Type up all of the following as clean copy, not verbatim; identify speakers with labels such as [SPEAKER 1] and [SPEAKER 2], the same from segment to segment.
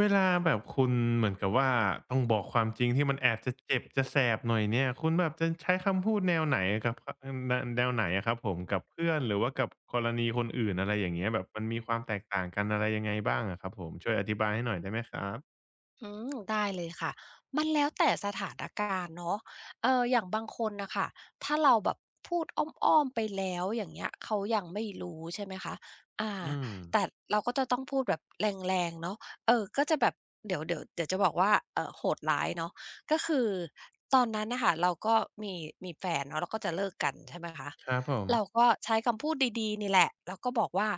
[SPEAKER 1] เวลาแบบคุณเหมือนกับว่าต้องบอกความจริงที่มันแอบจะเจ็บจะแสบหน่อยเนี่ยคุณแบบจะใช้คำพูดแนวไหนกับคอืมแนแนวไหนอะครับผมกับเพื่อนหรือว่ากับกรณีคนอื่นอะไรอย่างเงี้ยแบบมันมีความแตกต่างกันอะไรยังไงบ้างอะครับผมช่วยอธิบายให้หน่อยได้ไหมครับ
[SPEAKER 2] ได้เลยค่ะมันแล้วแต่สถานการณ์เนาะอย่างบางคนน่ะค่ะถ้าเราแบบพูดอ้อมๆไปแล้วอย่างเงี้ย เขายังไม่รู้ใช่ไหมคะอ่า
[SPEAKER 1] อืม
[SPEAKER 2] แต่เราก็จะต้องพูดแบบแรงๆเนาะเออก็จะแบบเดี๋ยวจะบอกว่าโหดร้ายเนาะก็คือตอนนั้นน่ะค่ะเราก็มีมีแฟนเนาะแล้วก็จะเลิกกันใช่ไหมคะ
[SPEAKER 1] ครับผม
[SPEAKER 2] เราก็ใช้คำพูดดีๆนี่แหละแล้วก็บอกว่า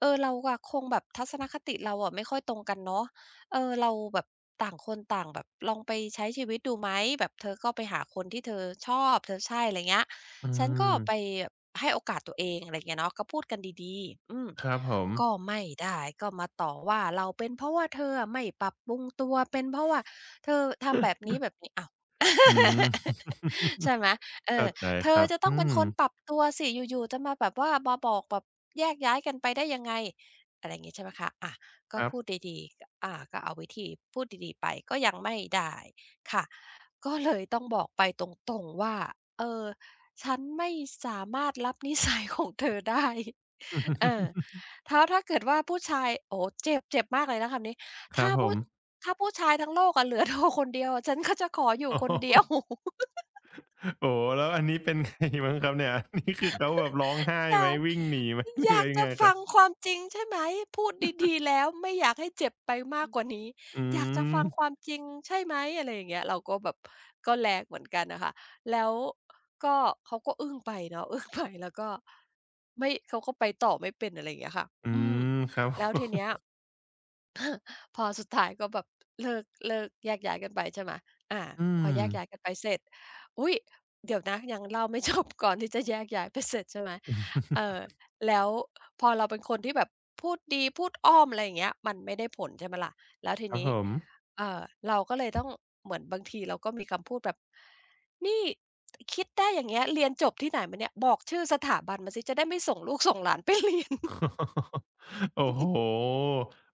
[SPEAKER 2] เออเราอะคงแบบทัศนคติเราอะไม่ค่อยตรงกันเนาะ เออเราแบบต่างคนต่างแบบลองไปใช้ชีวิตดูไหมแบบเธอก็ไปหาคนที่เธอชอบเธอใช่อะไรเงี้ย
[SPEAKER 1] อื
[SPEAKER 2] ฉันก็
[SPEAKER 1] ม
[SPEAKER 2] ไปแบบให้โอกาสตัวเองอะไรเงี้ยเนาะก็พูดกันดีๆอืม
[SPEAKER 1] ครับผม
[SPEAKER 2] ก็ไม่ได้ก็มาต่อว่าเราเป็นเพราะว่าเธออะไม่ปรับปรุงตัวเป็นเพราะว่าเธอทำแบบนี้ แบบนี้อ้าว
[SPEAKER 1] อืม
[SPEAKER 2] ใช่ ไหมเออ
[SPEAKER 1] เข้าใจ
[SPEAKER 2] เธ
[SPEAKER 1] ค
[SPEAKER 2] อ
[SPEAKER 1] รับ
[SPEAKER 2] จะต้
[SPEAKER 1] อื
[SPEAKER 2] องเป็น
[SPEAKER 1] ม
[SPEAKER 2] คนปรับตัวสิอยู่ๆจะมาแบบว่ามาบอกแบบแยกย้ายกันไปได้ยังไงอะไรอย่างงี้ใช่ไหมคะอา
[SPEAKER 1] ค
[SPEAKER 2] ก็
[SPEAKER 1] รับ
[SPEAKER 2] พูดดีๆกก็เอาวิธีพูดดีๆไปก็ยังไม่ได้ค่ะ ก็เลยต้องบอกไปตรงๆว่าเออฉันไม่สามารถรับนิสัยของเธอได้ เออ ถ้าเกิดว่าผู้ชายโอ้โฮเจ็บเจ็บมากเลยนะคำนี้
[SPEAKER 1] ครั
[SPEAKER 2] ถ้า
[SPEAKER 1] บผ
[SPEAKER 2] ผู้
[SPEAKER 1] ม
[SPEAKER 2] ถ้าผู้ชายทั้งโลกอะเหลือเธอคนเดียวฉันก็จะขออ ยู่
[SPEAKER 1] โอ
[SPEAKER 2] ค
[SPEAKER 1] โฮ
[SPEAKER 2] นเดียว
[SPEAKER 1] โอ้โฮแล้วอันนี้เป็นไงบ้างครับเนี่ย อันนี้คือเขาแบบร้องไห้
[SPEAKER 2] อ
[SPEAKER 1] ไหม
[SPEAKER 2] ยาก
[SPEAKER 1] วิ่งหนีไหมห
[SPEAKER 2] อ
[SPEAKER 1] รื
[SPEAKER 2] ยา
[SPEAKER 1] อ
[SPEAKER 2] ก
[SPEAKER 1] ยัง
[SPEAKER 2] จะ
[SPEAKER 1] ไงครั
[SPEAKER 2] ฟัง
[SPEAKER 1] บ
[SPEAKER 2] ความจริงใช่ไหมพูดดีๆแล้วไม่อยากให้เจ็บไปมากกว่านี้
[SPEAKER 1] อื
[SPEAKER 2] อยากจะ
[SPEAKER 1] ม
[SPEAKER 2] ฟังความจริงใช่ไหมอะไรอย่างเงี้ยเราก็แบบก็แรงเหมือนกันน่ะค่ะแล้วก็เขาก็อึ้งไปเนาะ อึ้งไปแล้วก็ไม่เขาก็ไปต่อไม่เป็นอะไรอย่างเงี้ยค่ะ
[SPEAKER 1] อื
[SPEAKER 2] อืม
[SPEAKER 1] มครับ
[SPEAKER 2] แล้วทีเนี้ย พอสุดท้ายก็แบบเลิกแยกย้ายกันไปใช่ไหมอา
[SPEAKER 1] อื
[SPEAKER 2] พอ
[SPEAKER 1] ม
[SPEAKER 2] แยกย้ายกันไปเสร็จอุ๊ยเดี๋ยวนะยังเล่าไม่จบก่อนที่จะแยกย้ายไปเสร็จใช่ไหมเอ่อ แล้วพอเราเป็นคนที่แบบพูดดีพูดอ้อมอะไรอย่างเงี้ยมันไม่ได้ผลใช่ไหมล่ะแล้วที
[SPEAKER 1] ครับ
[SPEAKER 2] นี้
[SPEAKER 1] ผม
[SPEAKER 2] เอ่อเราก็เลยต้องเหมือนบางทีเราก็มีคำพูดแบบนี่คิดได้อย่างเงี้ยเรียนจบที่ไหนมาเนี่ยบอกชื่อสถาบันมาสิจะได้ไม่ส่งลูกส่งหลานไปเรียน
[SPEAKER 1] โอ้โฮ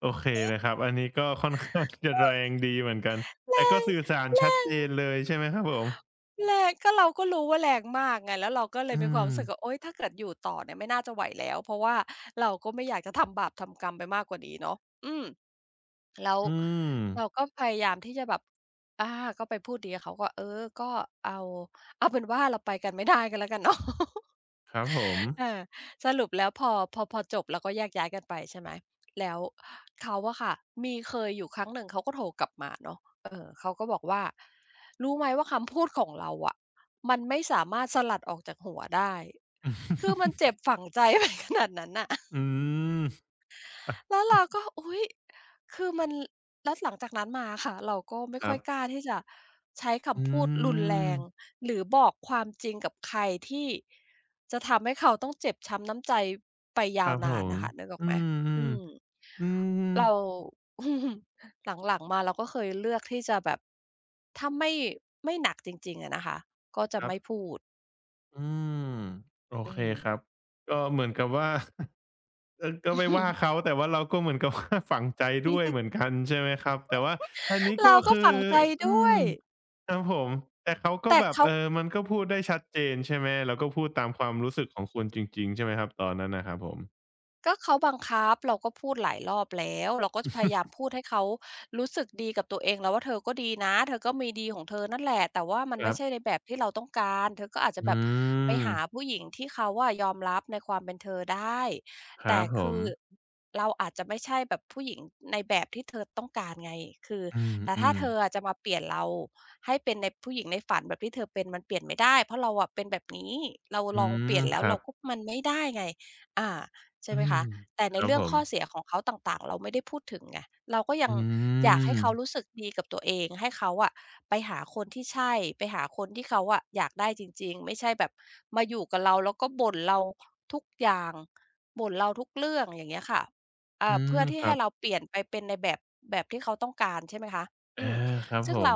[SPEAKER 1] โอเคเลยครับอันนี้ก็ค่อนข้าง จะ
[SPEAKER 2] เอ
[SPEAKER 1] แร
[SPEAKER 2] อ
[SPEAKER 1] งดีเหมือนกัน
[SPEAKER 2] แร
[SPEAKER 1] แต่ก็
[SPEAKER 2] ง
[SPEAKER 1] สื่อสาร
[SPEAKER 2] แร
[SPEAKER 1] ชัดเจ
[SPEAKER 2] ง
[SPEAKER 1] นเลยใช่ไหมครับผม
[SPEAKER 2] แรงก็เราก็รู้ว่าแรงมากไงแล้วเราก็เลย
[SPEAKER 1] อื
[SPEAKER 2] มีความ
[SPEAKER 1] ม
[SPEAKER 2] รู้สึกว่าโอ๊ยถ้าเกิดอยู่ต่อเนี่ยไม่น่าจะไหวแล้วเพราะว่าเราก็ไม่อยากจะทำบาปทำกรรมไปมากกว่านี้เนาะอืมแล้ว
[SPEAKER 1] อืม
[SPEAKER 2] เราก็พยายามที่จะแบบอาก็ไปพูดดีกับเขาก็เออก็เอาเอาเป็นว่าเราไปกันไม่ได้ก็แล้วกันเนาะ
[SPEAKER 1] ครับผม
[SPEAKER 2] เออสรุปแล้วพอจบเราก็แยกย้ายกันไปใช่ไหมแล้วเขาอะค่ะมีเคยอยู่ครั้งหนึ่งเขาก็โทรกลับมาเนาะเออเขาก็บอกว่ารู้ไหมว่าคำพูดของเราอะมันไม่สามารถสลัดออกจากหัวได้คือมันเจ็บ ฝังใจ ไปขนาดนั้นน่ะ
[SPEAKER 1] อืม อะ
[SPEAKER 2] แล้วเราก็อุ๊ยคือมันแล้วหลังจากนั้นมาค่ะ เราก็ไม่
[SPEAKER 1] ค
[SPEAKER 2] ค่
[SPEAKER 1] รั
[SPEAKER 2] อย
[SPEAKER 1] บ
[SPEAKER 2] กล้าที่จะใช้
[SPEAKER 1] อื
[SPEAKER 2] คำพูดรุนแร
[SPEAKER 1] ม
[SPEAKER 2] งหรือบอกความจริงกับใครที่จะทำให้เขาต้องเจ็บช้ำน้ำใจไป
[SPEAKER 1] ค
[SPEAKER 2] ยาว
[SPEAKER 1] รับผ
[SPEAKER 2] นาน
[SPEAKER 1] ม
[SPEAKER 2] น่ะค่ะนึกออกไหม
[SPEAKER 1] อืมอื
[SPEAKER 2] อื
[SPEAKER 1] ม
[SPEAKER 2] ม
[SPEAKER 1] อืม
[SPEAKER 2] เรา หลังๆมาเราก็เคยเลือกที่จะแบบถ้าไม่ไม่หนักจริงๆอะนะคะก็จะ
[SPEAKER 1] ครับ
[SPEAKER 2] ไม่พูด
[SPEAKER 1] อืมโอ
[SPEAKER 2] อื
[SPEAKER 1] เค
[SPEAKER 2] ม
[SPEAKER 1] ครับก็เหมือนกับว่า เออก็ไม่ว่าเขา แต่ว่าเราก็เหมือนกับว่า ฝังใจด้วยเหมือนกันใช่ไหมครับแต่ว่าอันนี้ก็
[SPEAKER 2] เราก็
[SPEAKER 1] คือ
[SPEAKER 2] ฝังใจ
[SPEAKER 1] อื
[SPEAKER 2] ด้ว
[SPEAKER 1] ม
[SPEAKER 2] ย
[SPEAKER 1] ครับผมแต่เขาก็
[SPEAKER 2] แต่
[SPEAKER 1] แบบ
[SPEAKER 2] เขา
[SPEAKER 1] เออมันก็พูดได้ชัดเจนใช่ไหมแล้วก็พูดตามความรู้สึกของคุณจริงๆใช่ไหมครับตอนนั้นนะครับผม
[SPEAKER 2] ก็เขาบังคับเราก็พูดหลายรอบแล้วเราก็จะพยายามพู ดให้เขารู้สึกดีกับตัวเองแล้วว่าเธอก็ดีนะเธอก็มีดีของเธอนั่นแหละแต่ว่ามัน
[SPEAKER 1] ค
[SPEAKER 2] ไม่
[SPEAKER 1] รั
[SPEAKER 2] ใช่ใน
[SPEAKER 1] บ
[SPEAKER 2] แบบที่เราต้องการเธอก็อาจจะ
[SPEAKER 1] อื
[SPEAKER 2] แบบไป
[SPEAKER 1] ม
[SPEAKER 2] หาผู้หญิงที่เขาอะยอมรับในความเป็นเธอได้
[SPEAKER 1] ครั
[SPEAKER 2] แต่
[SPEAKER 1] บผ
[SPEAKER 2] คื
[SPEAKER 1] ม
[SPEAKER 2] อเราอาจจะไม่ใช่แบบผู้หญิงในแบบที่เธอต้องการไงคือ
[SPEAKER 1] อืม
[SPEAKER 2] แต่
[SPEAKER 1] อื
[SPEAKER 2] ถ้า
[SPEAKER 1] ม
[SPEAKER 2] เธออะจะมาเปลี่ยนเราให้เป็นในผู้หญิงในฝันแบบที่เธอเป็นมันเปลี่ยนไม่ได้เพราะเราอะเป็นแบบนี้เราล
[SPEAKER 1] อื
[SPEAKER 2] องเปลี่
[SPEAKER 1] ม
[SPEAKER 2] ยนแล้
[SPEAKER 1] ค
[SPEAKER 2] ว
[SPEAKER 1] รั
[SPEAKER 2] เรา
[SPEAKER 1] บ
[SPEAKER 2] ก็มันไม่ได้ไงอา ใช่
[SPEAKER 1] อื
[SPEAKER 2] ไหม
[SPEAKER 1] ม
[SPEAKER 2] คะแต่
[SPEAKER 1] ค
[SPEAKER 2] ใน
[SPEAKER 1] รับ
[SPEAKER 2] เรื่อ
[SPEAKER 1] ผ
[SPEAKER 2] ง
[SPEAKER 1] ม
[SPEAKER 2] ข้อเสียของเขาต่างๆเราไม่ได้พูดถึงไงเราก็ยั
[SPEAKER 1] อื
[SPEAKER 2] งอยากให้
[SPEAKER 1] ม
[SPEAKER 2] เขารู้สึกดีกับตัวเองให้เขาอะไปหาคนที่ใช่ไปหาคนที่เขาอะอยากได้จริงๆไม่ใช่แบบมาอยู่กับเราแล้วก็บ่นเราทุกอย่างบ่นเราทุกเรื่องอย่างเงี้ยค่ะ
[SPEAKER 1] อืม
[SPEAKER 2] เพื่อที่
[SPEAKER 1] ครั
[SPEAKER 2] ให้
[SPEAKER 1] บ
[SPEAKER 2] เราเปลี่ยนไปเป็นในแบบแบบที่เขาต้องการใช่ไหมคะอื
[SPEAKER 1] อา
[SPEAKER 2] ม
[SPEAKER 1] ครับ
[SPEAKER 2] ซึ่
[SPEAKER 1] ผ
[SPEAKER 2] ง
[SPEAKER 1] ม
[SPEAKER 2] เรา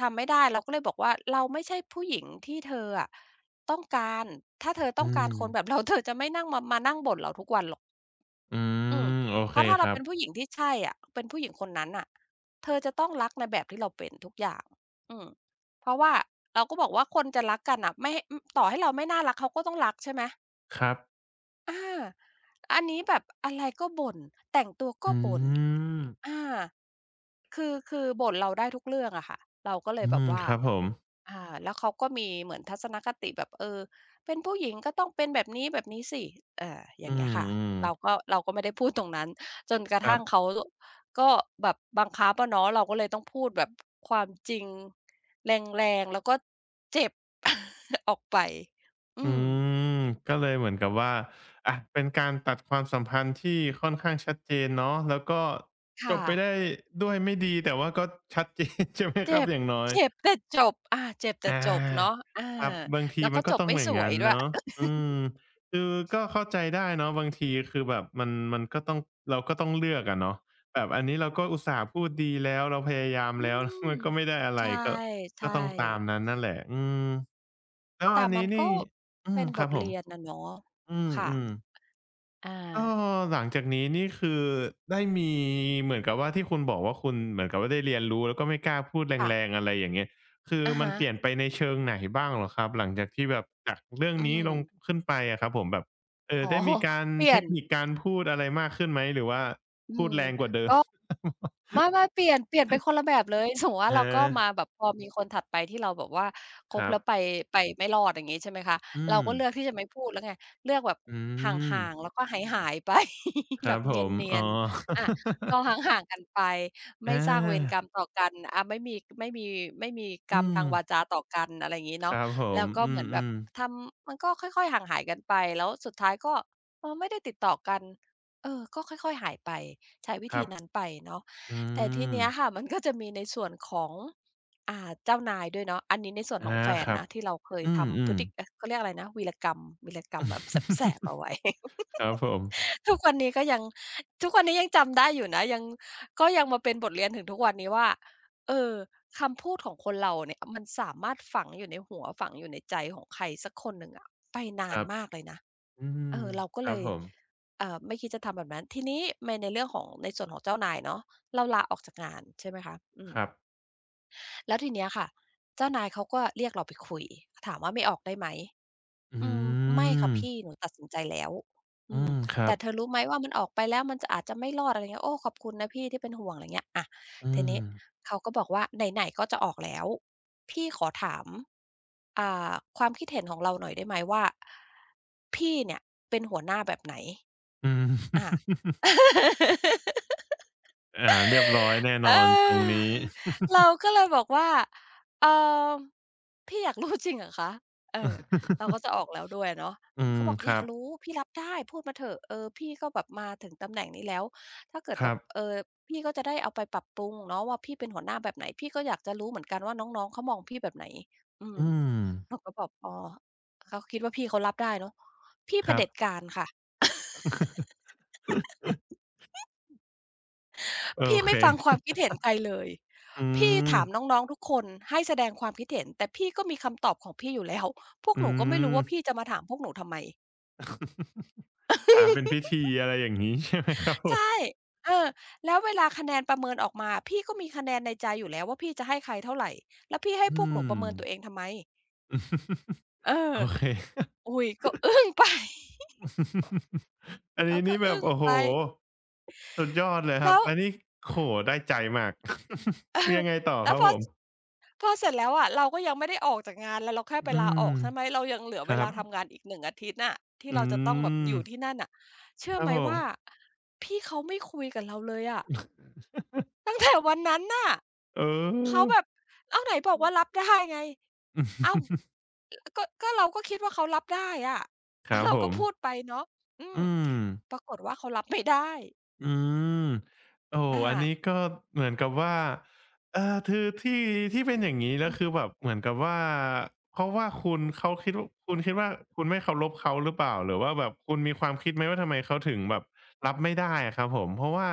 [SPEAKER 2] ทำไม่ได้เราก็เลยบอกว่าเราไม่ใช่ผู้หญิงที่เธออะ ต้องการถ้าเธอต้
[SPEAKER 1] อื
[SPEAKER 2] องการ
[SPEAKER 1] ม
[SPEAKER 2] คนแบบ เราเธอจะไม่นั่งมานั่งบ่นเราทุกวันหรอก
[SPEAKER 1] อื
[SPEAKER 2] อืม
[SPEAKER 1] มโอ
[SPEAKER 2] เพ
[SPEAKER 1] เค
[SPEAKER 2] ราะถ้า
[SPEAKER 1] ค
[SPEAKER 2] เรา
[SPEAKER 1] รับ
[SPEAKER 2] เป็นผู้หญิงที่ใช่อะเป็นผู้หญิงคนนั้นน่ะเธอจะต้องรักในแบบที่เราเป็นทุกอย่างอืมเพราะว่าเราก็บอกว่าคนจะรักกันน่ะไม่ต่อให้เราไม่น่ารักเขาก็ต้องรักใช่ไหม
[SPEAKER 1] ครับ
[SPEAKER 2] อาอันนี้แบบอะไรก็บ่นแต่งตัวก็
[SPEAKER 1] อื
[SPEAKER 2] บ่น
[SPEAKER 1] ม
[SPEAKER 2] อา คือบ่นเราได้ทุกเรื่องอะค่ะเราก็เล
[SPEAKER 1] อื
[SPEAKER 2] ยแบบ
[SPEAKER 1] ม
[SPEAKER 2] ว่า
[SPEAKER 1] ครับผม
[SPEAKER 2] แล้วเขาก็มีเหมือนทัศนคติแบบเป็นผู้หญิงก็ต้องเป็นแบบนี้แบบนี้สิเอ่าอ
[SPEAKER 1] อื
[SPEAKER 2] ย่างเงี้ยค่ะ
[SPEAKER 1] ม
[SPEAKER 2] เรา
[SPEAKER 1] ๆ
[SPEAKER 2] ก็เราก็ไม่ได้พูดตรงนั้นจนกระ
[SPEAKER 1] ครั
[SPEAKER 2] ทั่ง
[SPEAKER 1] บ
[SPEAKER 2] เขาก็แบบบังคับอะเนาะเราก็เลยต้องพูดแบบความจริงแรงๆแล้วก็เจ็บ ออกไป
[SPEAKER 1] อื
[SPEAKER 2] อืม
[SPEAKER 1] ม ก็เลยเหมือนกับว่าอะเป็นการตัดความสัมพันธ์ที่ค่อนข้างชัดเจนเนาะแล้วก็จ
[SPEAKER 2] ค่ะ
[SPEAKER 1] บไปได้ด้วยไม่ดีแต่ว่าก็ชัด เจนใช่ไหมครั
[SPEAKER 2] เจ็
[SPEAKER 1] บ
[SPEAKER 2] บ
[SPEAKER 1] อย่างน้อย
[SPEAKER 2] เจ็บแต่จบอาเจ็บแต่
[SPEAKER 1] อา
[SPEAKER 2] จบเนาะอา
[SPEAKER 1] ครับบางที
[SPEAKER 2] แล้ว
[SPEAKER 1] มั
[SPEAKER 2] ก็
[SPEAKER 1] น
[SPEAKER 2] จ
[SPEAKER 1] ก็
[SPEAKER 2] บ
[SPEAKER 1] ต้อง
[SPEAKER 2] ไม่
[SPEAKER 1] อ
[SPEAKER 2] ส
[SPEAKER 1] ย่าง
[SPEAKER 2] วย
[SPEAKER 1] งั้น
[SPEAKER 2] ด้วย
[SPEAKER 1] เนาะอืมคือก็เข้าใจได้เนาะบางทีคือแบบมันมันก็ต้องเราก็ต้องเลือกอะเนาะแบบอันนี้เราก็อุตส่าห์พูดดีแล้วเราพยายาม
[SPEAKER 2] อื
[SPEAKER 1] แล้ว
[SPEAKER 2] ม
[SPEAKER 1] มันก็ไม่ได้อะไร
[SPEAKER 2] ใช่
[SPEAKER 1] ก็ก็
[SPEAKER 2] ใช่
[SPEAKER 1] ต้องตามนั้นนั่นแหละอืมแล้ว
[SPEAKER 2] แต่
[SPEAKER 1] อัน
[SPEAKER 2] มั
[SPEAKER 1] นี้
[SPEAKER 2] นก็
[SPEAKER 1] นี่อื
[SPEAKER 2] เป็
[SPEAKER 1] ม
[SPEAKER 2] น
[SPEAKER 1] ค
[SPEAKER 2] บ
[SPEAKER 1] รับ
[SPEAKER 2] ท
[SPEAKER 1] ผม
[SPEAKER 2] เรียนอะเนาะ
[SPEAKER 1] อื
[SPEAKER 2] ค่ะ
[SPEAKER 1] มๆ
[SPEAKER 2] อา
[SPEAKER 1] ก็หลังจากนี้นี่คือได้มีเหมือนกับว่าที่คุณบอกว่าคุณเหมือนกับว่าได้เรียนรู้แล้วก็ไม่กล้าพูดแ
[SPEAKER 2] ค่ะ
[SPEAKER 1] รงๆอะไรอย่างเงี้ยคือ
[SPEAKER 2] อะ
[SPEAKER 1] มัน
[SPEAKER 2] ฮะ
[SPEAKER 1] เปลี่ยนไปในเชิงไหนบ้างเหรอครับหลังจากที่แบบจากเรื่อง
[SPEAKER 2] อื
[SPEAKER 1] นี้
[SPEAKER 2] ม
[SPEAKER 1] ลงขึ้นไปอะครับผมแบบ
[SPEAKER 2] อ๋อ
[SPEAKER 1] ได้มีกา ร
[SPEAKER 2] เปลี่
[SPEAKER 1] เท
[SPEAKER 2] ยน
[SPEAKER 1] คนิคการพูดอะไรมากขึ้นไหมหรือว่า
[SPEAKER 2] อื
[SPEAKER 1] พูด
[SPEAKER 2] ม
[SPEAKER 1] แรงกว่าเดิม
[SPEAKER 2] ก็ ไม่เปลี่ยนไปคนละแบบเลย สมมุติ
[SPEAKER 1] อะ
[SPEAKER 2] ว่าเรา
[SPEAKER 1] ฮะ
[SPEAKER 2] ก็มาแบบพอมีคนถัดไปที่เราแบบว่าค
[SPEAKER 1] ค
[SPEAKER 2] บ
[SPEAKER 1] รับ
[SPEAKER 2] แล้วไปไม่รอดอย่างงี้ใช่ไหมคะ
[SPEAKER 1] อื
[SPEAKER 2] เรา
[SPEAKER 1] ม
[SPEAKER 2] ก็เลือกที่จะไม่พูดแล้วไงเลือกแบบ
[SPEAKER 1] อื
[SPEAKER 2] ห
[SPEAKER 1] ม
[SPEAKER 2] ่างๆแล้วก็หายๆไป
[SPEAKER 1] ค
[SPEAKER 2] แบ
[SPEAKER 1] รับ
[SPEAKER 2] บ
[SPEAKER 1] ผ
[SPEAKER 2] เ
[SPEAKER 1] ม
[SPEAKER 2] นี
[SPEAKER 1] อ๋
[SPEAKER 2] ย
[SPEAKER 1] อ
[SPEAKER 2] นๆอาก็ ห่างๆกันไปไม่สร้างเวรกร
[SPEAKER 1] อา
[SPEAKER 2] รมต่อกันอาไม่มีไม่มีกรร
[SPEAKER 1] อื
[SPEAKER 2] มทา
[SPEAKER 1] ม
[SPEAKER 2] งวาจาต่อกันอะไรอย่างงี้
[SPEAKER 1] ค
[SPEAKER 2] เนาะ
[SPEAKER 1] รับผ
[SPEAKER 2] แล้
[SPEAKER 1] ม
[SPEAKER 2] วก็
[SPEAKER 1] อื
[SPEAKER 2] เหมือนแบบ
[SPEAKER 1] มๆ
[SPEAKER 2] ทำมันก็ค่อยๆห่างหายกันไปแล้วสุดท้ายก็ไม่ได้ติดต่อกันเออก็ค่อยๆหายไป ใช้วิ
[SPEAKER 1] ค
[SPEAKER 2] ธี
[SPEAKER 1] รับ
[SPEAKER 2] นั้นไปเนาะ
[SPEAKER 1] อื
[SPEAKER 2] แต่ที
[SPEAKER 1] ม
[SPEAKER 2] เนี้ยค่ะ มันก็จะมีในส่วนของเจ้านายด้วยเนาะอันนี้ในส่วนของ
[SPEAKER 1] อา
[SPEAKER 2] แฟน
[SPEAKER 1] ครับ
[SPEAKER 2] นะที่เราเคย
[SPEAKER 1] อืม
[SPEAKER 2] ทำ
[SPEAKER 1] อื
[SPEAKER 2] พฤ
[SPEAKER 1] ม
[SPEAKER 2] ติเอ๊ะเขาเรียกอะไรนะวีรกรรมวีรกรรมแบบแสบๆเอา ไว้
[SPEAKER 1] ครับผม
[SPEAKER 2] ทุกวันนี้ก็ยังทุกวันนี้ยังจำได้อยู่นะยังก็ยังมาเป็นบทเรียนถึงทุกวันนี้ว่าเออคำพูดของคนเราเนี่ยมันสามารถฝังอยู่ในหัวฝังอยู่ในใจของใครสักคนหนึ่งอะไป
[SPEAKER 1] ค
[SPEAKER 2] นาน
[SPEAKER 1] รับ
[SPEAKER 2] มากเลยนะ
[SPEAKER 1] อื
[SPEAKER 2] เอ
[SPEAKER 1] ม
[SPEAKER 2] อเราก็
[SPEAKER 1] ค
[SPEAKER 2] เล
[SPEAKER 1] รับ
[SPEAKER 2] ย
[SPEAKER 1] ผม
[SPEAKER 2] ไม่คิดจะทำแบบนั้นทีนี้ในเรื่องของในส่วนของเจ้านายเนาะเราลาออกจากงานใช่ไหมคะอื
[SPEAKER 1] ค
[SPEAKER 2] ม
[SPEAKER 1] รับ
[SPEAKER 2] แล้วทีเนี้ยค่ะเจ้านายเขาก็เรียกเราไปคุยถามว่าไม่ออกได้ไหม
[SPEAKER 1] อื
[SPEAKER 2] อืมไม่ค่ะ
[SPEAKER 1] ม
[SPEAKER 2] พี่หนูตัดสินใจแล้ว
[SPEAKER 1] อื
[SPEAKER 2] อืม
[SPEAKER 1] มครั
[SPEAKER 2] แต่
[SPEAKER 1] บ
[SPEAKER 2] เธอรู้ไหมว่ามันออกไปแล้วมันจะอาจจะไม่รอดอะไรเงี้ยโอ้ขอบคุณนะพี่ที่เป็นห่วงอะไรเงี้ยอะ
[SPEAKER 1] อื
[SPEAKER 2] ที
[SPEAKER 1] ม
[SPEAKER 2] นี้ เขาก็บอกว่าไหนๆก็จะออกแล้วพี่ขอถามอ่าความคิดเห็นของเราหน่อยได้ไหมว่าพี่เนี่ยเป็นหัวหน้าแบบไหน
[SPEAKER 1] อืม
[SPEAKER 2] อา
[SPEAKER 1] อาเรียบร้อยแน่
[SPEAKER 2] เ
[SPEAKER 1] นอนตรง
[SPEAKER 2] อ
[SPEAKER 1] นี้
[SPEAKER 2] อเราก็เลยบอกว่าเอ่อพี่อยากรู้จริงเหรอคะเออเราก็จะ ออกแล้วด้วยอะเนาะ
[SPEAKER 1] อื
[SPEAKER 2] เขา
[SPEAKER 1] ม
[SPEAKER 2] บอก
[SPEAKER 1] ค
[SPEAKER 2] อยา
[SPEAKER 1] รั
[SPEAKER 2] ก
[SPEAKER 1] บ
[SPEAKER 2] รู้ พี่รับได้พูดมาเถอะเออพี่ก็แบบมาถึงตำแหน่งนี้แล้ว ถ้าเกิด
[SPEAKER 1] ค
[SPEAKER 2] แบ
[SPEAKER 1] รั
[SPEAKER 2] บ
[SPEAKER 1] บ
[SPEAKER 2] พี่ก็จะได้เอาไปปรับปรุงเนาะว่าพี่เป็นหัวหน้าแบบไหน พี่ก็อยากจะรู้เหมือนกันว่าน้องๆเขามองพี่แบบไหนอืม
[SPEAKER 1] อืม
[SPEAKER 2] เราก็บอกอ๋อเขาคิดว่าพี่เขารับได้เนาะพี่เผ
[SPEAKER 1] ครับ
[SPEAKER 2] ด็จการค่ะ
[SPEAKER 1] โอ
[SPEAKER 2] พี่
[SPEAKER 1] เค
[SPEAKER 2] ไม่ฟังความคิดเห็นใครเลย
[SPEAKER 1] อื
[SPEAKER 2] พี่
[SPEAKER 1] ม
[SPEAKER 2] ถามน้องๆทุกคนให้แสดงความคิดเห็นแต่พี่ก็มีคำตอบของพี่อยู่แล้ว พวก
[SPEAKER 1] อื
[SPEAKER 2] หนูก็ไม่รู้
[SPEAKER 1] ม
[SPEAKER 2] ว่าพี่จะมาถามพวกหนูทำไม
[SPEAKER 1] ถามเป็นพิธีอะไรอย่างนี้ใช่ไหมครับผ
[SPEAKER 2] ใช่
[SPEAKER 1] ม
[SPEAKER 2] เออแล้วเวลาคะแนนประเมินออกมาพี่ก็มีคะแนนในใจอยู่แล้วว่าพี่จะให้ใครเท่าไรแล้วพี่ให้พ
[SPEAKER 1] อื
[SPEAKER 2] วกหนูประ
[SPEAKER 1] ม
[SPEAKER 2] เมินตัวเองทำไม เออ
[SPEAKER 1] โอเค
[SPEAKER 2] อุ๊ยก็อึ้งไป
[SPEAKER 1] อัน
[SPEAKER 2] เขา
[SPEAKER 1] นี้
[SPEAKER 2] ก็
[SPEAKER 1] นี่แบ
[SPEAKER 2] อึ้
[SPEAKER 1] บ
[SPEAKER 2] ง
[SPEAKER 1] โอ้โห
[SPEAKER 2] ไป
[SPEAKER 1] สุดยอดเลยครับ
[SPEAKER 2] แล้ว
[SPEAKER 1] อันนี้โอ้โฮได้ใจมาก
[SPEAKER 2] เอ อ
[SPEAKER 1] ยังไงต่อ
[SPEAKER 2] แล้
[SPEAKER 1] ค
[SPEAKER 2] ว
[SPEAKER 1] รับ
[SPEAKER 2] พอ
[SPEAKER 1] ผม
[SPEAKER 2] พอเสร็จแล้วอะเราก็ยังไม่ได้ออกจากงานแล้วเราแค่ไป
[SPEAKER 1] อื
[SPEAKER 2] ลาอ
[SPEAKER 1] ม
[SPEAKER 2] อกใช่ไหมเรายังเหลือ
[SPEAKER 1] ค
[SPEAKER 2] เว
[SPEAKER 1] รั
[SPEAKER 2] ลา
[SPEAKER 1] บ
[SPEAKER 2] ทำงานอีก1อาทิตย์น่ะที่
[SPEAKER 1] อื
[SPEAKER 2] เราจะต้องแบบ
[SPEAKER 1] ม
[SPEAKER 2] อยู่ที่นั่นน่ะเชื่
[SPEAKER 1] ค
[SPEAKER 2] อ
[SPEAKER 1] รับ
[SPEAKER 2] ไหม
[SPEAKER 1] ผม
[SPEAKER 2] ว่าพี่เขาไม่คุยกับเราเลยอะตั้งแต่วันนั้นน่ะ
[SPEAKER 1] เอ
[SPEAKER 2] เขา
[SPEAKER 1] อ
[SPEAKER 2] แบบอ้าวไหนบอกว่ารับได้ไงอ้าวก็เราก็คิดว่าเขารับได้อะ
[SPEAKER 1] ครั บ
[SPEAKER 2] เรา
[SPEAKER 1] ผ
[SPEAKER 2] ก็
[SPEAKER 1] ม
[SPEAKER 2] พูดไปเนาะอืม
[SPEAKER 1] อืม
[SPEAKER 2] ปรากฏว่าเขารับไม่ได้
[SPEAKER 1] อืมโอ้โฮอันนี้
[SPEAKER 2] อา
[SPEAKER 1] ก็เหมือนกับว่าเออทือที่ที่เป็นอย่างงี้แล้
[SPEAKER 2] อื
[SPEAKER 1] ว
[SPEAKER 2] ม
[SPEAKER 1] คือแบบเหมือนกับว่าเพราะว่าคุณเขาคิดว่าคุณคิดว่าคุณไม่เคารพเขาหรือเปล่าหรือว่าแบบคุณมีความคิดไหมว่าทำไมเขาถึงแบบรับไม่ได้อะครับผมเพราะว่า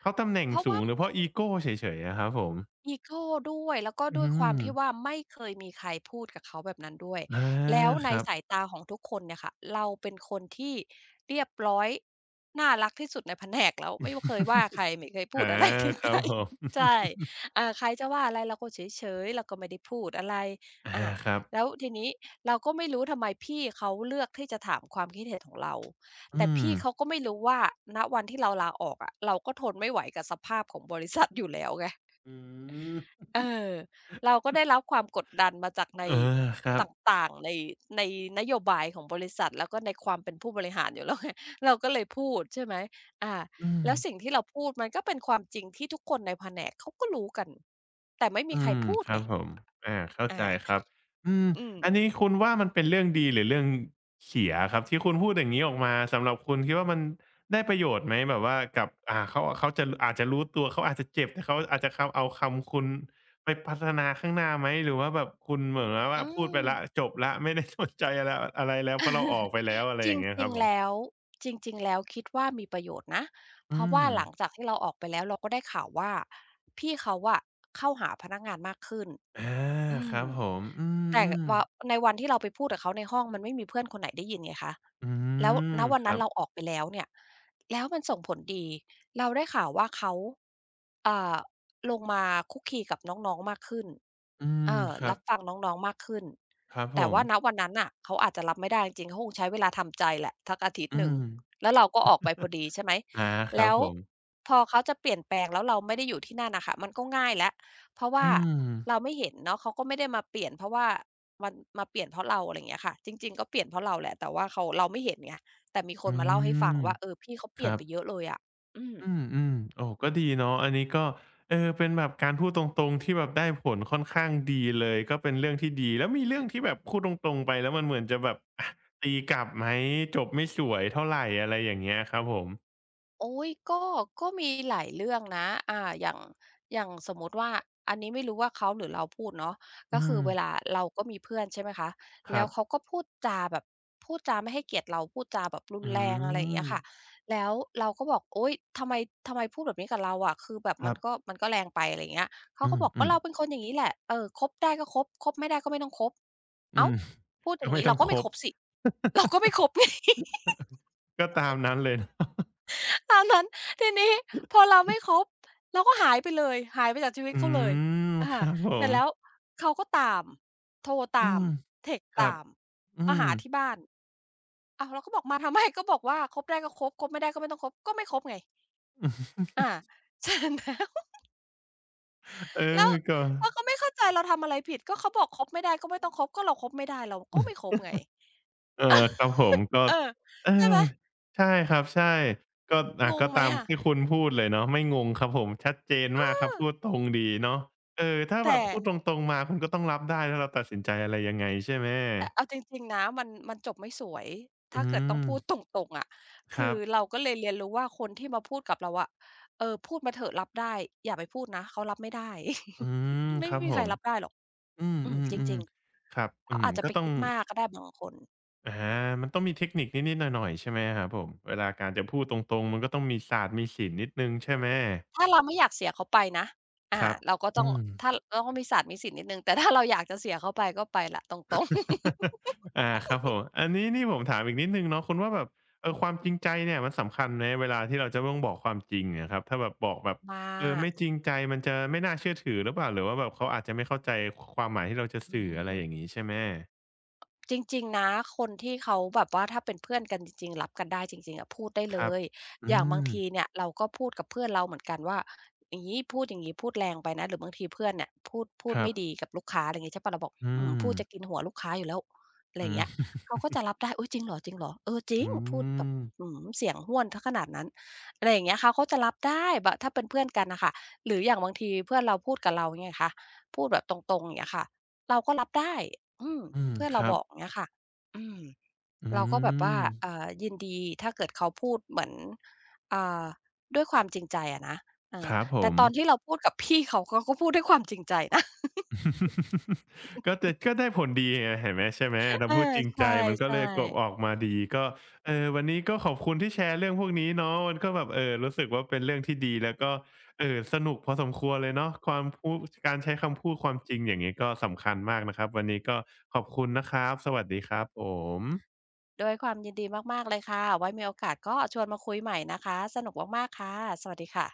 [SPEAKER 1] เขาตำแหน่ง
[SPEAKER 2] เพราะ
[SPEAKER 1] สู
[SPEAKER 2] ว่า
[SPEAKER 1] งหรือเพราะอีโกเฉยๆอะครับผม
[SPEAKER 2] อีโกด้วยแล้วก็
[SPEAKER 1] อื
[SPEAKER 2] ด้วยความ
[SPEAKER 1] ม
[SPEAKER 2] ที่ว่าไม่เคยมีใครพูดกับเขาแบบนั้นด้วย
[SPEAKER 1] อา
[SPEAKER 2] แล้วใน
[SPEAKER 1] ครับ
[SPEAKER 2] สายตาของทุกคนเนี่ยค่ะเราเป็นคนที่เรียบร้อยน่ารักที่สุดในแผนกแล้วไม่เคยว่าใครไม่เคยพู
[SPEAKER 1] อา
[SPEAKER 2] ดอะไรถึง
[SPEAKER 1] ครั
[SPEAKER 2] ใค
[SPEAKER 1] บ
[SPEAKER 2] ร
[SPEAKER 1] ผ ม
[SPEAKER 2] ใช่ อ่าใครจะว่าอะไรเราก็เฉยๆเราก็ไม่ได้พูดอะไร
[SPEAKER 1] อา
[SPEAKER 2] อ่า
[SPEAKER 1] ครับ
[SPEAKER 2] แล้วทีนี้เราก็ไม่รู้ทำไมพี่เขาเลือกที่จะถามความคิดเห็นของเราแต่
[SPEAKER 1] อืม
[SPEAKER 2] พี่เขาก็ไม่รู้ว่าณวันที่เราลาออกอะเราก็ทนไม่ไหวกับสภาพของบริษัทอยู่แล้วไง
[SPEAKER 1] อืม
[SPEAKER 2] เออเราก็ได้รับความกดดันมาจากใน
[SPEAKER 1] เออครั
[SPEAKER 2] ต
[SPEAKER 1] บ
[SPEAKER 2] ่างๆในนโยบายของบริษัทแล้วก็ในความเป็นผู้บริหารอยู่ แล้วไงเราก็เลยพูดใช่ไหมอา
[SPEAKER 1] อืม
[SPEAKER 2] แล้วสิ่งที่เราพูดมันก็เป็นความจริงที่ทุกคนในแผนกเขาก็รู้กันแต่ไม่มี
[SPEAKER 1] อื
[SPEAKER 2] ใคร
[SPEAKER 1] ม
[SPEAKER 2] พูด
[SPEAKER 1] ครั
[SPEAKER 2] ไง
[SPEAKER 1] บผมอาเข้า
[SPEAKER 2] อา
[SPEAKER 1] ใจครับอืม
[SPEAKER 2] อืม
[SPEAKER 1] อันนี้คุณว่ามันเป็นเรื่องดีหรือเรื่องเสียครับที่คุณพูดอย่างงี้ออกมาสำหรับคุณคิดว่ามันได้ประโยชน์ไหมแบบว่ากับอ่าเขาเขาจะอาจจะรู้ตัวเขาอาจจะเจ็บแต่เขาอาจจะคำเอาคำคุณไปพัฒนาข้างหน้าไหมหรือว่าแบบคุณเหมือนกับว่า
[SPEAKER 2] อื
[SPEAKER 1] พูดไป
[SPEAKER 2] ม
[SPEAKER 1] แล้วจบแล้วไม่ได้สนใจอะไรอะไรแล้วเพราะเราออกไปแล้วอะไร
[SPEAKER 2] จ
[SPEAKER 1] อย่างเงี้ยค
[SPEAKER 2] ริ
[SPEAKER 1] รั
[SPEAKER 2] ง
[SPEAKER 1] บผ
[SPEAKER 2] ๆ
[SPEAKER 1] ม
[SPEAKER 2] แล้วจริงๆแล้วคิดว่ามีประโยชน์นะเพ
[SPEAKER 1] อื
[SPEAKER 2] ราะว่า
[SPEAKER 1] ม
[SPEAKER 2] หลังจากที่เราออกไปแล้วเราก็ได้ข่าวว่าพี่เขาอะเข้าหาพนักงานมากขึ้น
[SPEAKER 1] อา
[SPEAKER 2] อื
[SPEAKER 1] ค
[SPEAKER 2] ม
[SPEAKER 1] รับผมอื
[SPEAKER 2] แต่
[SPEAKER 1] ม
[SPEAKER 2] ว่า
[SPEAKER 1] ๆ
[SPEAKER 2] ในวันที่เราไปพูดกับเขาในห้องมันไม่มีเพื่อนคนไหนได้ยินไงคะ
[SPEAKER 1] อื
[SPEAKER 2] แล้ว
[SPEAKER 1] ม
[SPEAKER 2] ณวัน
[SPEAKER 1] ครั
[SPEAKER 2] นั้น
[SPEAKER 1] บ
[SPEAKER 2] เราออกไปแล้วเนี่ยแล้วมันส่งผลดีเราได้ข่าวว่าเขาอ่าลงมาคลุกคลีกับน้องๆมากขึ้น
[SPEAKER 1] อื
[SPEAKER 2] เอ
[SPEAKER 1] ม
[SPEAKER 2] อ
[SPEAKER 1] ครั
[SPEAKER 2] รั
[SPEAKER 1] บ
[SPEAKER 2] บฟังน้องๆมากขึ้น
[SPEAKER 1] ครับผ
[SPEAKER 2] แต่
[SPEAKER 1] ม
[SPEAKER 2] ว่าณวันนั้นน่ะเขาอาจจะรับไม่ได้จริงๆเขาคงใช้เวลาทำใจแหละสักอาทิต
[SPEAKER 1] อื
[SPEAKER 2] ย์หนึ่ง
[SPEAKER 1] ม
[SPEAKER 2] แล้วเราก็ออกไปพอ ดีใช่ไหม
[SPEAKER 1] อาครั
[SPEAKER 2] แล้
[SPEAKER 1] บ
[SPEAKER 2] ว
[SPEAKER 1] ผม
[SPEAKER 2] พอเขาจะเปลี่ยนแปลงแล้วเราไม่ได้อยู่ที่นั่นน่ะค่ะมันก็ง่ายแล้ว เพราะว่า
[SPEAKER 1] อืม
[SPEAKER 2] เราไม่เห็นเนาะเขาก็ไม่ได้มาเปลี่ยนเพราะว่ามันมาเปลี่ยนเพราะเราอะไรอย่างเงี้ยค่ะจริงๆก็เปลี่ยนเพราะเราแหละแต่ว่าเขาเราไม่เห็นไงแต่มีค
[SPEAKER 1] อื
[SPEAKER 2] นมาเล่าให้ฟัง
[SPEAKER 1] ม
[SPEAKER 2] ว่าเออพี่เขาเป
[SPEAKER 1] ค
[SPEAKER 2] ลี่ย
[SPEAKER 1] รั
[SPEAKER 2] นไปเย
[SPEAKER 1] บ
[SPEAKER 2] อะเลยอะอืม
[SPEAKER 1] อืมๆโอ้ก็ดีเนาะอันนี้ก็เออเป็นแบบการพูดตรงๆที่แบบได้ผลค่อนข้างดีเลยก็เป็นเรื่องที่ดีแล้วมีเรื่องที่แบบพูดตรงๆไปแล้วมันเหมือนจะแบบอะตีกลับไหมจบไม่สวยเท่าไรอะไรอย่างเงี้ยครับผม
[SPEAKER 2] โอ๊ยก็มีหลายเรื่องนะอาอย่างสมมุติว่าอันนี้ไม่รู้ว่าเขาหรือเราพูดเนาะ
[SPEAKER 1] อื
[SPEAKER 2] ก็คือ
[SPEAKER 1] ม
[SPEAKER 2] เวลาเราก็มีเพื่อนใช่ไหมคะ
[SPEAKER 1] ค
[SPEAKER 2] แล้
[SPEAKER 1] รั
[SPEAKER 2] วเขา
[SPEAKER 1] บ
[SPEAKER 2] ก็พูดจาแบบพูดจาไม่ให้เกียรติเราพูดจาแบบรุ
[SPEAKER 1] อื
[SPEAKER 2] นแรงอะไรอย่างเงี้
[SPEAKER 1] ม
[SPEAKER 2] ยค่ะแล้วเราก็บอกโอ๊ยทำไมทำไมพูดแบบนี้กับเราอะคือแบบ
[SPEAKER 1] ค
[SPEAKER 2] มั
[SPEAKER 1] รั
[SPEAKER 2] น
[SPEAKER 1] บ
[SPEAKER 2] ก็มันก็แรงไปอะไรอย่างเงี้ยเขา
[SPEAKER 1] อ
[SPEAKER 2] ก็บอก
[SPEAKER 1] ื
[SPEAKER 2] ก็
[SPEAKER 1] ม
[SPEAKER 2] เราเป็นค
[SPEAKER 1] ๆ
[SPEAKER 2] นอย่างงี้แหละเออคบได้ก็คบคบไม่ได้ก็ไม่ต้องคบ
[SPEAKER 1] อื
[SPEAKER 2] อ้าว
[SPEAKER 1] ม
[SPEAKER 2] พูดอ
[SPEAKER 1] ก็
[SPEAKER 2] ย่าง
[SPEAKER 1] ไม่
[SPEAKER 2] งี้
[SPEAKER 1] ต้อ
[SPEAKER 2] เรา
[SPEAKER 1] ง
[SPEAKER 2] ก็
[SPEAKER 1] ค
[SPEAKER 2] ไม่ค
[SPEAKER 1] บ
[SPEAKER 2] บสิเราก็ไม่ คบ ไง
[SPEAKER 1] ก็ตามนั้นเลยนะ
[SPEAKER 2] ตามนั้นทีนี้พอเราไม่คบเราก็หายไปเลยหายไปจากชีวิต
[SPEAKER 1] อื
[SPEAKER 2] เขาเลย
[SPEAKER 1] ม
[SPEAKER 2] อา
[SPEAKER 1] ครับผ
[SPEAKER 2] เสร็จ
[SPEAKER 1] ม
[SPEAKER 2] แล้วเขาก็ตามโทร
[SPEAKER 1] อื
[SPEAKER 2] ตาม
[SPEAKER 1] ม
[SPEAKER 2] เทกซ์
[SPEAKER 1] ครับ
[SPEAKER 2] ตาม
[SPEAKER 1] อื
[SPEAKER 2] มา
[SPEAKER 1] ม
[SPEAKER 2] หาที่บ้านอ้าวเราก็บอกมาทำไมก็บอกว่าคบได้ก็คบคบไม่ได้ก็ไม่ต้องคบก็ไม่คบไงอา เสร็จแล้ว
[SPEAKER 1] เอ
[SPEAKER 2] แล้
[SPEAKER 1] อ
[SPEAKER 2] ว
[SPEAKER 1] ก็
[SPEAKER 2] เราก็ไม่เข้าใจเราทำอะไรผิดก็เขาบอกคบไม่ได้ก็ไม่ต้องคบก็เราคบไม่ได้เราก็ไม่คบไง
[SPEAKER 1] เออครับผม ก็
[SPEAKER 2] เออ
[SPEAKER 1] เออ
[SPEAKER 2] ใช่ไหม
[SPEAKER 1] ใช่ครับใช่ก็อ่า
[SPEAKER 2] งง
[SPEAKER 1] ก็
[SPEAKER 2] ไหม
[SPEAKER 1] ตาม
[SPEAKER 2] อะ
[SPEAKER 1] ที่คุณพูดเลยเนาะไม่งงครับผมชัดเจนมากครับ
[SPEAKER 2] เอ
[SPEAKER 1] พูด
[SPEAKER 2] อ
[SPEAKER 1] ตรงดีเนาะเออถ้าแบบ
[SPEAKER 2] แต่
[SPEAKER 1] พูดตรงๆมาคุณก็ต้องรับได้ถ้าเราตัดสินใจอะไรยังไงใช่ไหม
[SPEAKER 2] แต่เอาจริงๆนะมันจบไม่สวยถ้า
[SPEAKER 1] อื
[SPEAKER 2] เกิดต้อง
[SPEAKER 1] ม
[SPEAKER 2] พูดตรงๆอะ
[SPEAKER 1] ค
[SPEAKER 2] คื
[SPEAKER 1] รั
[SPEAKER 2] อ
[SPEAKER 1] บ
[SPEAKER 2] เราก็เลยเรียนรู้ว่าคนที่มาพูดกับเราอะเออพูดมาเถอะรับได้อย่าไปพูดนะเขารับไม่ได้
[SPEAKER 1] อืม
[SPEAKER 2] ไม่
[SPEAKER 1] ครับ
[SPEAKER 2] มี
[SPEAKER 1] ผ
[SPEAKER 2] ใคร
[SPEAKER 1] ม
[SPEAKER 2] รับได้หรอก
[SPEAKER 1] อื
[SPEAKER 2] อืมจ
[SPEAKER 1] ม
[SPEAKER 2] ริง
[SPEAKER 1] ๆๆครับ
[SPEAKER 2] ๆ
[SPEAKER 1] อื
[SPEAKER 2] เขา
[SPEAKER 1] ม
[SPEAKER 2] อาจจะ
[SPEAKER 1] ก็
[SPEAKER 2] ไป
[SPEAKER 1] ต้อง
[SPEAKER 2] คิดมากก็ได้บางคน
[SPEAKER 1] อามันต้องมีเทคนิคนิดๆหน่อยๆใช่ไหมครับผมเวลาการจะพูดตรงๆมันก็ต้องมีศาสตร์มีศิลป์นิดหนึ่งใช่ไหม
[SPEAKER 2] ถ้าเราไม่อยากเสียเขาไปนะ
[SPEAKER 1] ค
[SPEAKER 2] อา
[SPEAKER 1] รับ
[SPEAKER 2] เราก็ต้อ
[SPEAKER 1] อื
[SPEAKER 2] ง
[SPEAKER 1] ม
[SPEAKER 2] ถ้าเราก็มีศาสตร์มีศีลนิดหนึ่งแต่ถ้าเราอยากจะเสียเขาไปก็ไปแหละตรง
[SPEAKER 1] อาครับผมอันนี้นี่ผมถามอีกนิดหนึ่งเนาะคุณว่าแบบเออความจริงใจเนี่ยมันสำคัญไหมเวลาที่เราจะต้องบอกความจริงอะครับถ้าแบบบอกแบบ
[SPEAKER 2] ๆม
[SPEAKER 1] เอ
[SPEAKER 2] า
[SPEAKER 1] อ
[SPEAKER 2] ก
[SPEAKER 1] ไม่จริงใจมันจะไม่น่าเชื่อถือหรือเปล่าหรือว่าแบบเขาอาจจะไม่เข้าใจความหมายที่เราจะ
[SPEAKER 2] อื
[SPEAKER 1] สื่ออะไร
[SPEAKER 2] ม
[SPEAKER 1] อย่างนี้ใช่ไหม
[SPEAKER 2] จริงๆนะคนที่เขาแบบว่าถ้าเป็นเพื่อนกันจริงๆรับกันได้จริงๆอะพูดได้
[SPEAKER 1] ค
[SPEAKER 2] เล
[SPEAKER 1] รับ
[SPEAKER 2] ยอ
[SPEAKER 1] อื
[SPEAKER 2] ย่างบาง
[SPEAKER 1] ม
[SPEAKER 2] ทีเนี่ยเราก็พูดกับเพื่อนเราเหมือนกันว่าอย่างงี้พูดอย่างงี้พูดแรงไปนะหรือบางทีเพื่อนเนี่ยพูดพู
[SPEAKER 1] ค
[SPEAKER 2] ด
[SPEAKER 1] รั
[SPEAKER 2] ไม่
[SPEAKER 1] บ
[SPEAKER 2] ดีกับลูกค้าอะไรอย่างงี้ใช่เปล่าเราบอก
[SPEAKER 1] อื
[SPEAKER 2] อืม
[SPEAKER 1] ม
[SPEAKER 2] พูดจะกินหัวลูกค้าอยู่แล้วอะไร
[SPEAKER 1] อื
[SPEAKER 2] อย่าง
[SPEAKER 1] ม
[SPEAKER 2] เงี้ยเขา ก็จะรับได้อุ๊ยจริงเหรอจริงเหรอเออจริง
[SPEAKER 1] อื
[SPEAKER 2] พูดแบบ
[SPEAKER 1] ม
[SPEAKER 2] อื้อฮือเสียงห้วนเสียขนาดนั้นอะไรอย่างเงี้ยเขาก็จะรับได้แบบถ้าเป็นเพื่อนกันน่ะค่ะหรืออย่างบางทีเพื่อนเราพูดกับเราอย่างเงี้ยคะพูดแบบตรงๆอย่างเงี้ยค่ะ เราก็รับได้อืม
[SPEAKER 1] อืม
[SPEAKER 2] เพื่อน
[SPEAKER 1] ค
[SPEAKER 2] เรา
[SPEAKER 1] รั
[SPEAKER 2] บ
[SPEAKER 1] บ
[SPEAKER 2] อกเงี้ยค่ะอืม
[SPEAKER 1] อื
[SPEAKER 2] เราก็แบบว่า
[SPEAKER 1] ม
[SPEAKER 2] อ่ายินดีถ้าเกิดเขาพูดเหมือนอ่าด้วยความจริงใจอะนะเออ
[SPEAKER 1] ครับผ
[SPEAKER 2] แต่
[SPEAKER 1] ม
[SPEAKER 2] ตอนที่เราพูดกับพี่เขาเขาก็พูดด้วยความจริงใจนะ
[SPEAKER 1] ก็แต่ก็ได้ผลดีไงเห็นไหมใช่ไหม เรา
[SPEAKER 2] เออ
[SPEAKER 1] พูดจริง
[SPEAKER 2] ใช
[SPEAKER 1] ใจมันก็
[SPEAKER 2] ่
[SPEAKER 1] เลยกลบออก
[SPEAKER 2] ๆ
[SPEAKER 1] มาดีก็เออวันนี้ก็ขอบคุณที่แชร์เรื่องพวกนี้เนาะมันก็แบบเออรู้สึกว่าเป็นเรื่องที่ดีแล้วก็เออสนุกพอสมควรเลยเนาะความพูดการใช้คำพูดความจริงอย่างนี้ก็สำคัญมากนะครับวันนี้ก็ขอบคุณนะครับสวัสดีครับผม
[SPEAKER 2] ด้วยความยินดีมากๆเลยค่ะไว้มีโอกาสก็ชวนมาคุยใหม่นะคะสนุกมากๆค่ะสวัสดีค่ะ